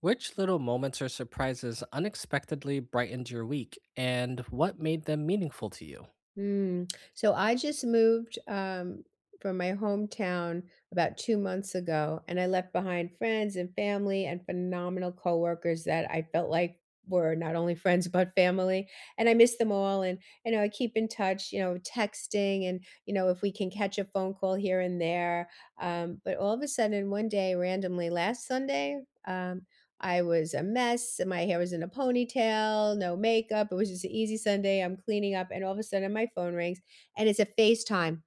Which little moments or surprises unexpectedly brightened your week, and what made them meaningful to you? Mm. So I just moved from my hometown about 2 months ago, and I left behind friends and family and phenomenal coworkers that I felt like were not only friends but family. And I miss them all. And you know, I keep in touch. You know, texting and you know if we can catch a phone call here and there. But all of a sudden, one day, randomly, last Sunday. I was a mess. My hair was in a ponytail, no makeup. It was just an easy Sunday. I'm cleaning up, and all of a sudden, my phone rings, and it's a FaceTime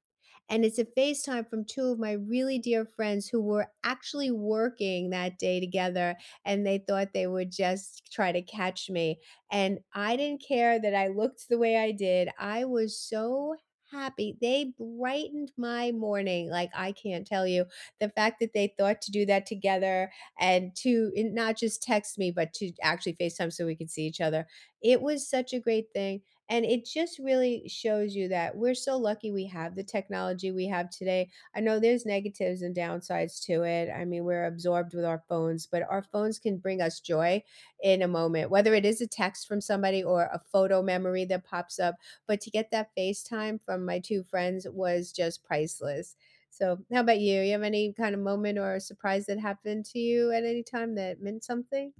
from two of my really dear friends who were actually working that day together and they thought they would just try to catch me. And I didn't care that I looked the way I did. I was so happy. They brightened my morning. Like I can't tell you the fact that they thought to do that together and not just text me, but to actually FaceTime so we could see each other. It was such a great thing. And it just really shows you that we're so lucky we have the technology we have today. I know there's negatives and downsides to it. I mean, we're absorbed with our phones, but our phones can bring us joy in a moment, whether it is a text from somebody or a photo memory that pops up. But to get that FaceTime from my two friends was just priceless. So, how about you? You have any kind of moment or surprise that happened to you at any time that meant something?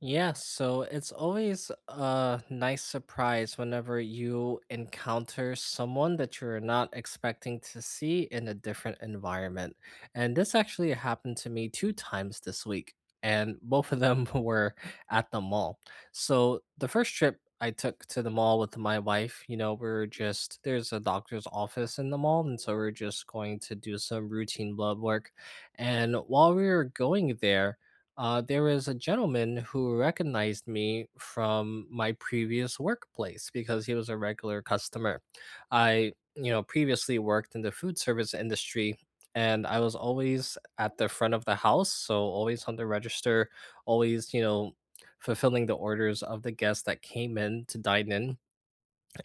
Yeah, so it's always a nice surprise whenever you encounter someone that you're not expecting to see in a different environment. And this actually happened to me two times this week, and both of them were at the mall. So the first trip I took to the mall with my wife, you know, we are just there's a doctor's office in the mall, and so we are just going to do some routine blood work. And while we were going there, there was a gentleman who recognized me from my previous workplace because he was a regular customer. I, you know, previously worked in the food service industry, and I was always at the front of the house, so always on the register, always, you know, fulfilling the orders of the guests that came in to dine in,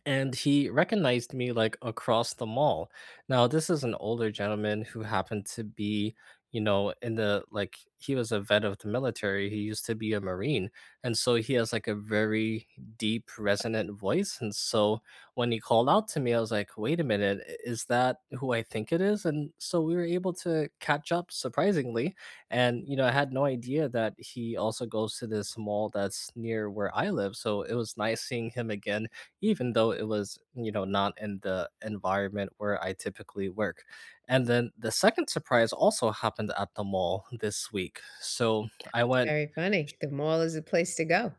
and he recognized me, like, across the mall. Now, this is an older gentleman who happened to be, you know, in the like he was a vet of the military. He used to be a Marine. And so he has like a very deep, resonant voice. And so when he called out to me, I was like, wait a minute, is that who I think it is? And so we were able to catch up surprisingly. And, you know, I had no idea that he also goes to this mall that's near where I live. So it was nice seeing him again even though it was, you know, not in the environment where I typically work. And then the second surprise also happened at the mall this week. So I It's went, very funny. The mall is a place to go.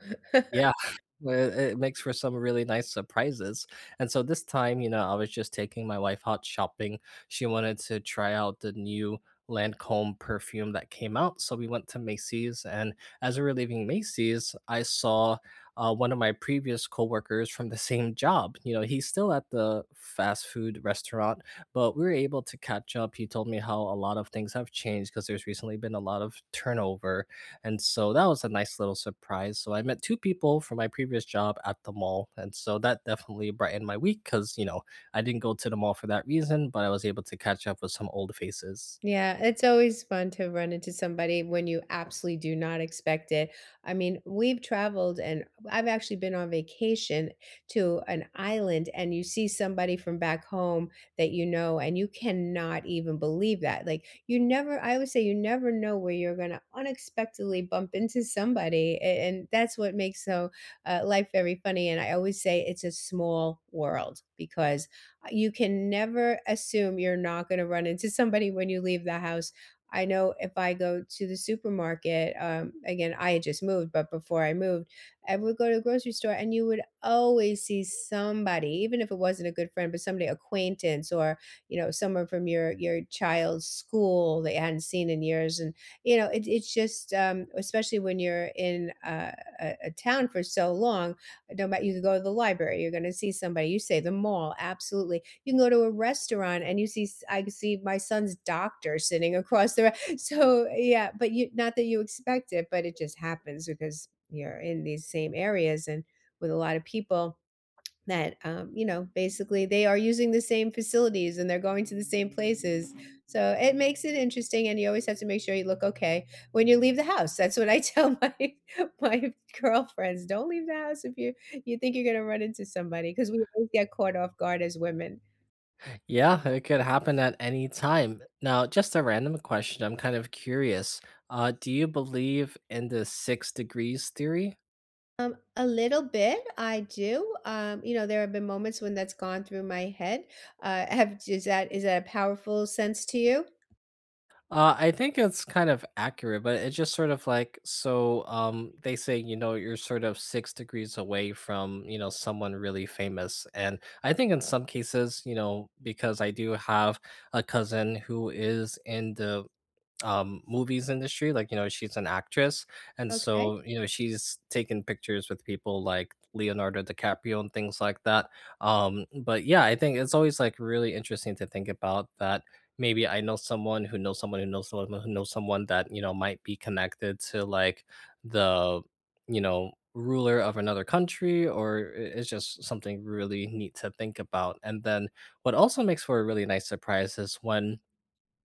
yeah, it makes for some really nice surprises, and so this time, you know, I was just taking my wife out shopping. She wanted to try out the new Lancôme perfume that came out, so we went to Macy's, and as we were leaving Macy's, I saw, one of my previous coworkers from the same job. You know, he's still at the fast food restaurant, but we were able to catch up. He told me how a lot of things have changed because there's recently been a lot of turnover, and so that was a nice little surprise. So I met two people from my previous job at the mall. And so that definitely brightened my week because, you know, I didn't go to the mall for that reason, but I was able to catch up with some old faces. Yeah, it's always fun to run into somebody when you absolutely do not expect it. I mean, we've traveled and I've actually been on vacation to an island and you see somebody from back home that you know and you cannot even believe that. Like you never I always say you never know where you're going to unexpectedly bump into somebody and that's what makes so life very funny and I always say it's a small world because you can never assume you're not going to run into somebody when you leave the house. I know if I go to the supermarket, again, I had just moved, but before I moved, I would go to the grocery store and you would always see somebody, even if it wasn't a good friend, but somebody acquaintance or, you know, someone from your child's school that you hadn't seen in years. And, you know, it's just, especially when you're in a town for so long, no matter you can go to the library, you're going to see somebody. You say the mall, absolutely. You can go to a restaurant and you see I see my son's doctor sitting across the so yeah, but you not that you expect it, but it just happens because you're in these same areas and with a lot of people that you know basically they are using the same facilities and they're going to the same places so it makes it interesting and you always have to make sure you look okay when you leave the house. That's what I tell my my girlfriends. Don't leave the house if you you think you're going to run into somebody because we always get caught off guard as women. Yeah, it could happen at any time. Now, just a random question. I'm kind of curious. Do you believe in the six degrees theory? A little bit, I do. You know, there have been moments when that's gone through my head. Have is that a powerful sense to you? I think it's kind of accurate, but it's just sort of like so. They say, you know, you're sort of six degrees away from, you know, someone really famous, and I think in some cases, you know, because I do have a cousin who is in the movies industry. Like, you know, she's an actress, and Okay. so, you know, she's taken pictures with people like Leonardo DiCaprio and things like that. But yeah, I think it's always, like, really interesting to think about that maybe I know someone who knows someone who knows someone who knows someone that, you know, might be connected to, like, the, you know, ruler of another country, or I it's just something really neat to think about. And then what also makes for a really nice surprise is when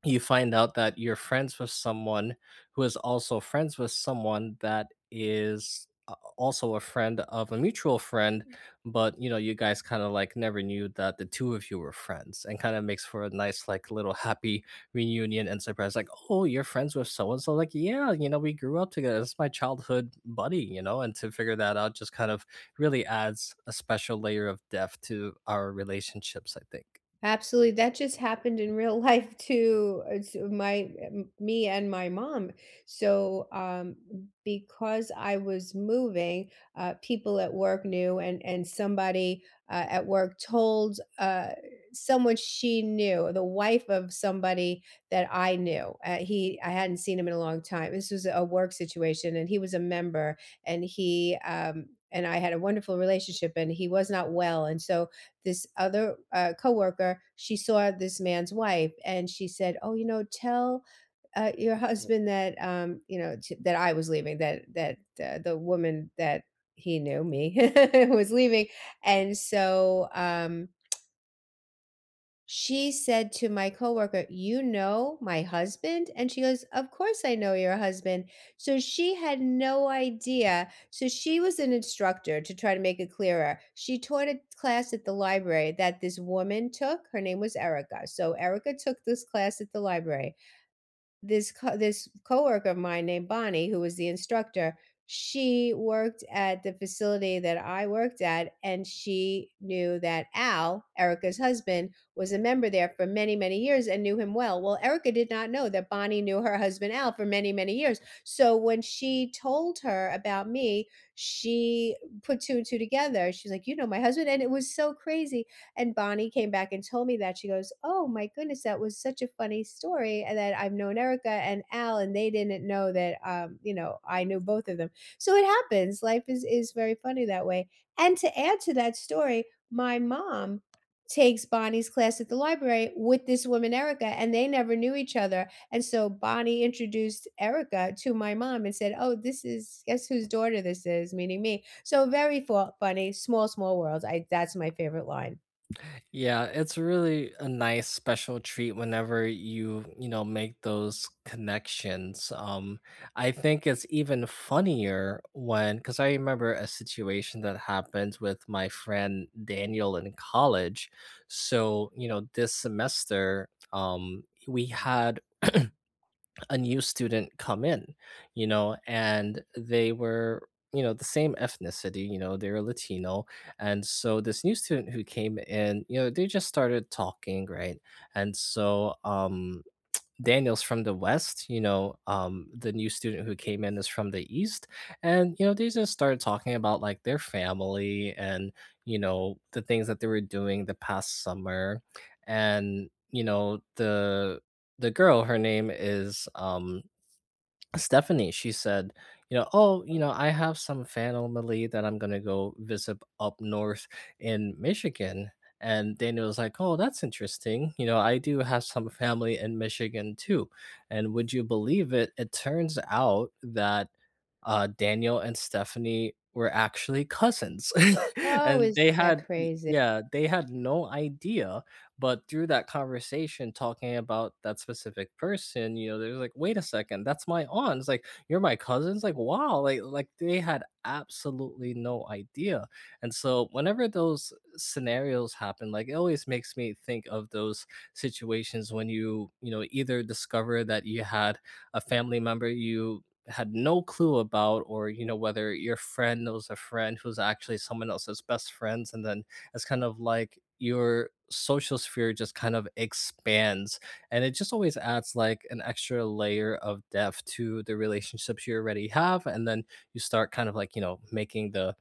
you find out that you're friends with someone who is also friends with someone that is also a friend of a mutual friend, but you know, you guys kind of like never knew that the two of you were friends, and kind of makes for a nice like little happy reunion and surprise, like, oh, you're friends with so and so, like, yeah, you know, we grew up together, it's my childhood buddy, you know, and to figure that out just kind of really adds a special layer of depth to our relationships, I think. Absolutely, that just happened in real life too. It's my m me and my mom. So, because I was moving, people at work knew and somebody, at work told, someone she knew, the wife of somebody that I knew. He I hadn't seen him in a long time. This was a work situation, and he was a member, and he and I had a wonderful relationship, and he was not well, and so this other coworker, she saw this man's wife, and she said, "Oh, you know, tell." Your husband that you know that I was leaving, that the woman that he knew me was leaving. And so she said to my coworker, "You know my husband?" And she goes, "Of course I know your husband." So she had no idea. So she was an instructor. To try to make it clearer, she taught a class at the library that this woman took. Her name was Erica. So Erica took this class at the library. This coworker of mine named Bonnie, who was the instructor, she worked at the facility that I worked at, and she knew that Al, Erica's husband, was a member there for many, many years and knew him well. Well, Erica did not know that Bonnie knew her husband Al for many, many years. So when she told her about me, she put two and two together. She's like, "You know my husband." And it was so crazy. And Bonnie came back and told me that. She goes, "Oh my goodness, that was such a funny story. And that I've known Erica and Al, and they didn't know that you know, I knew both of them." So it happens. Life is very funny that way. And to add to that story, my mom takes Bonnie's class at the library with this woman Erica, and they never knew each other. And so Bonnie introduced Erica to my mom and said, "Oh, this is guess whose daughter this is," meaning me. So very funny. Small world. I that's my favorite line. Yeah, it's really a nice special treat whenever you, you know, make those connections. I think it's even funnier when, because I remember a situation that happened with my friend Daniel in college. So, you know, this semester, we had a new student come in, you know, and they were, you know, the same ethnicity, you know, they were Latino. And so this new student who came in, you know, they just started talking, right? And so Daniel's from the West, you know. The new student who came in is from the East. And, you know, they just started talking about like their family and, you know, the things that they were doing the past summer. And, you know, the girl, her name is Stephanie. She said, you know, oh, you know, I have some family that I'm gonna go visit up north in Michigan. And Daniel was like, oh, that's interesting. You know, I do have some family in Michigan too. And would you believe it? It turns out that, Daniel and Stephanie were actually cousins. Oh, And they isn't that had, crazy? yeah, they had no idea, but through that conversation, talking about that specific person, you know, there's like, wait a second, that's my aunt. It's like, you're my cousins. Like, wow, like they had absolutely no idea. And so, whenever those scenarios happen, like, it always makes me think of those situations when you know, either discover that you had a family member you had no clue about, or you know whether your friend knows a friend who's actually someone else's best friends, and then as kind of like your social sphere just kind of expands, and it just always adds like an extra layer of depth to the relationships you already have. And then you start kind of like, you know, making the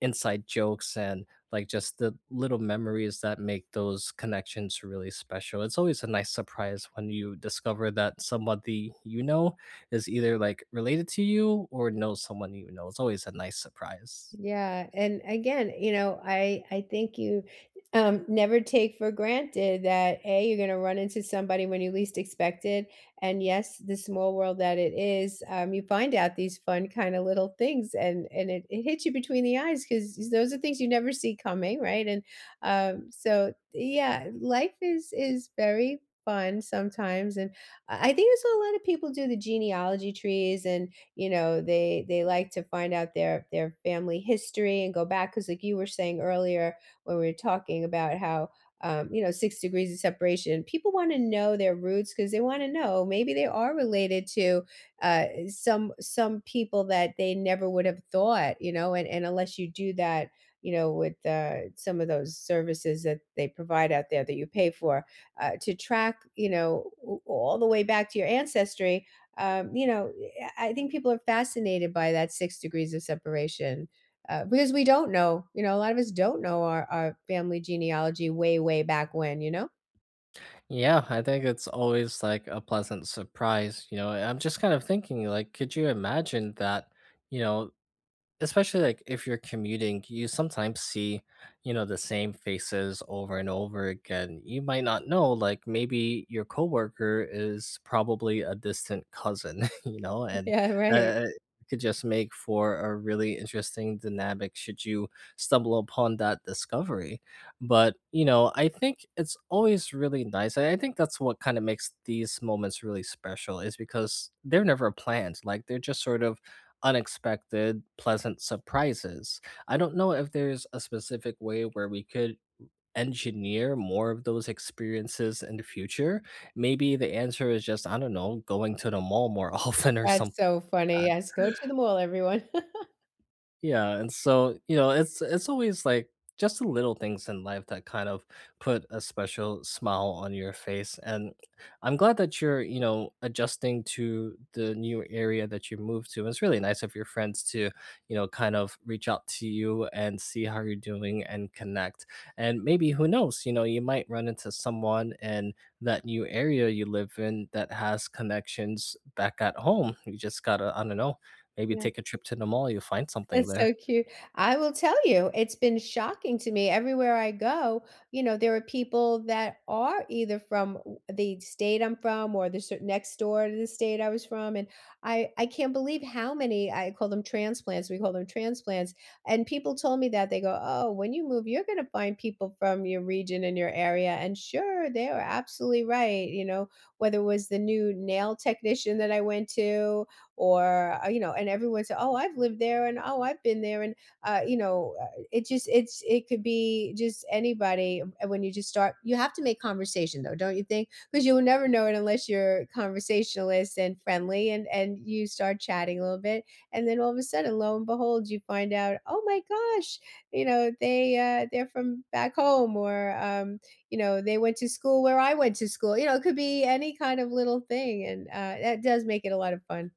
inside jokes and like just the little memories that make those connections really special. It's always a nice surprise when you discover that somebody you know is either like related to you or knows someone you know. It's always a nice surprise. Yeah, and again, you know, I think you, never take for granted that, A, you're gonna run into somebody when you least expect it, and yes, the small world that it is, you find out these fun kinda little things, and it hits you between the eyes because those are things you never see coming, right? And, so, yeah, life is very fun sometimes, and I think that's what a lot of people do, the genealogy trees and you know they like to find out their family history and go back because like you were saying earlier when we were talking about how you know six degrees of separation people want to know their roots because they want to know maybe they are related to some people that they never would have thought, you know. And unless you do that you know with some of those services that they provide out there that you pay for to track you know all the way back to your ancestry, you know, I think people are fascinated by that six degrees of separation because we don't know. You know, a lot of us don't know our family genealogy way, way back when, you know? Yeah, I think it's always like a pleasant surprise. You know, I'm just kind of thinking, like, could you imagine that, you know, especially like if you're commuting, you sometimes see, you know, the same faces over and over again. You might not know, like maybe your coworker is probably a distant cousin, you know, and Yeah, right. It could just make for a really interesting dynamic should you stumble upon that discovery. But you know, I think it's always really nice. I think that's what kind of makes these moments really special, is because they're never planned. Like they're just sort of unexpected, pleasant surprises. I don't know if there's a specific way where we could engineer more of those experiences in the future. Maybe the answer is just, I don't know, going to the mall more often or That's something. so funny. Yes, go to the mall, everyone. Yeah, and so, you know, it's always like just the little things in life that kind of put a special smile on your face. And I'm glad that you're, you know, adjusting to the new area that you moved to. And it's really nice of your friends to, you know, kind of reach out to you and see how you're doing and connect. And maybe who knows, you know, you might run into someone in that new area you live in that has connections back at home. You just gotta, I don't know, maybe Yeah. take a trip to the mall, you'll find something That's there. so cute. I will tell you, it's been shocking to me everywhere I go, you know, there are people that are either from the state I'm from or the next door to the state I was from. And I can't believe how many. I call them transplants, we call them transplants, and people told me that they go, "Oh, when you move, you're going to find people from your region and your area." And sure, they were absolutely right, you know, whether it was the new nail technician that I went to or you know, and everyone said, "Oh, I've lived there," and, "Oh, I've been there." And you know, it just it could be just anybody. When you just start, you have to make conversation though, don't you think? Because you will never know it unless you're conversationalist and friendly and you start chatting a little bit and then all of a sudden, lo and behold, you find out, "Oh my gosh, you know they they're from back home," or you know they went to school where I went to school. You know, it could be any kind of little thing, and that does make it a lot of fun.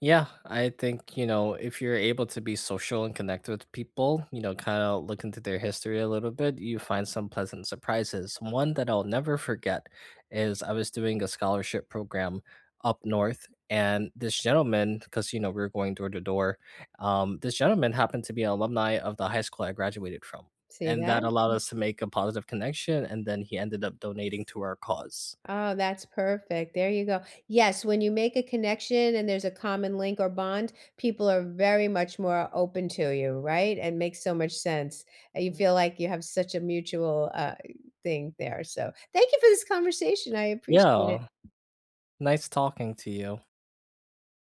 Yeah, I think, you know, if you're able to be social and connect with people, you know, kind of look into their history a little bit, you find some pleasant surprises. One that I'll never forget is I was doing a scholarship program up north, and this gentleman, because, you know, we were going door to door, this gentleman happened to be an alumni of the high school I graduated from. See And that that? allowed us to make a positive connection. And then he ended up donating to our cause. Oh, that's perfect. There you go. Yes, when you make a connection and there's a common link or bond, people are very much more open to you, right? And makes so much sense. And you feel like you have such a mutual thing there. So thank you for this conversation. I appreciate Yeah. it. Nice talking to you.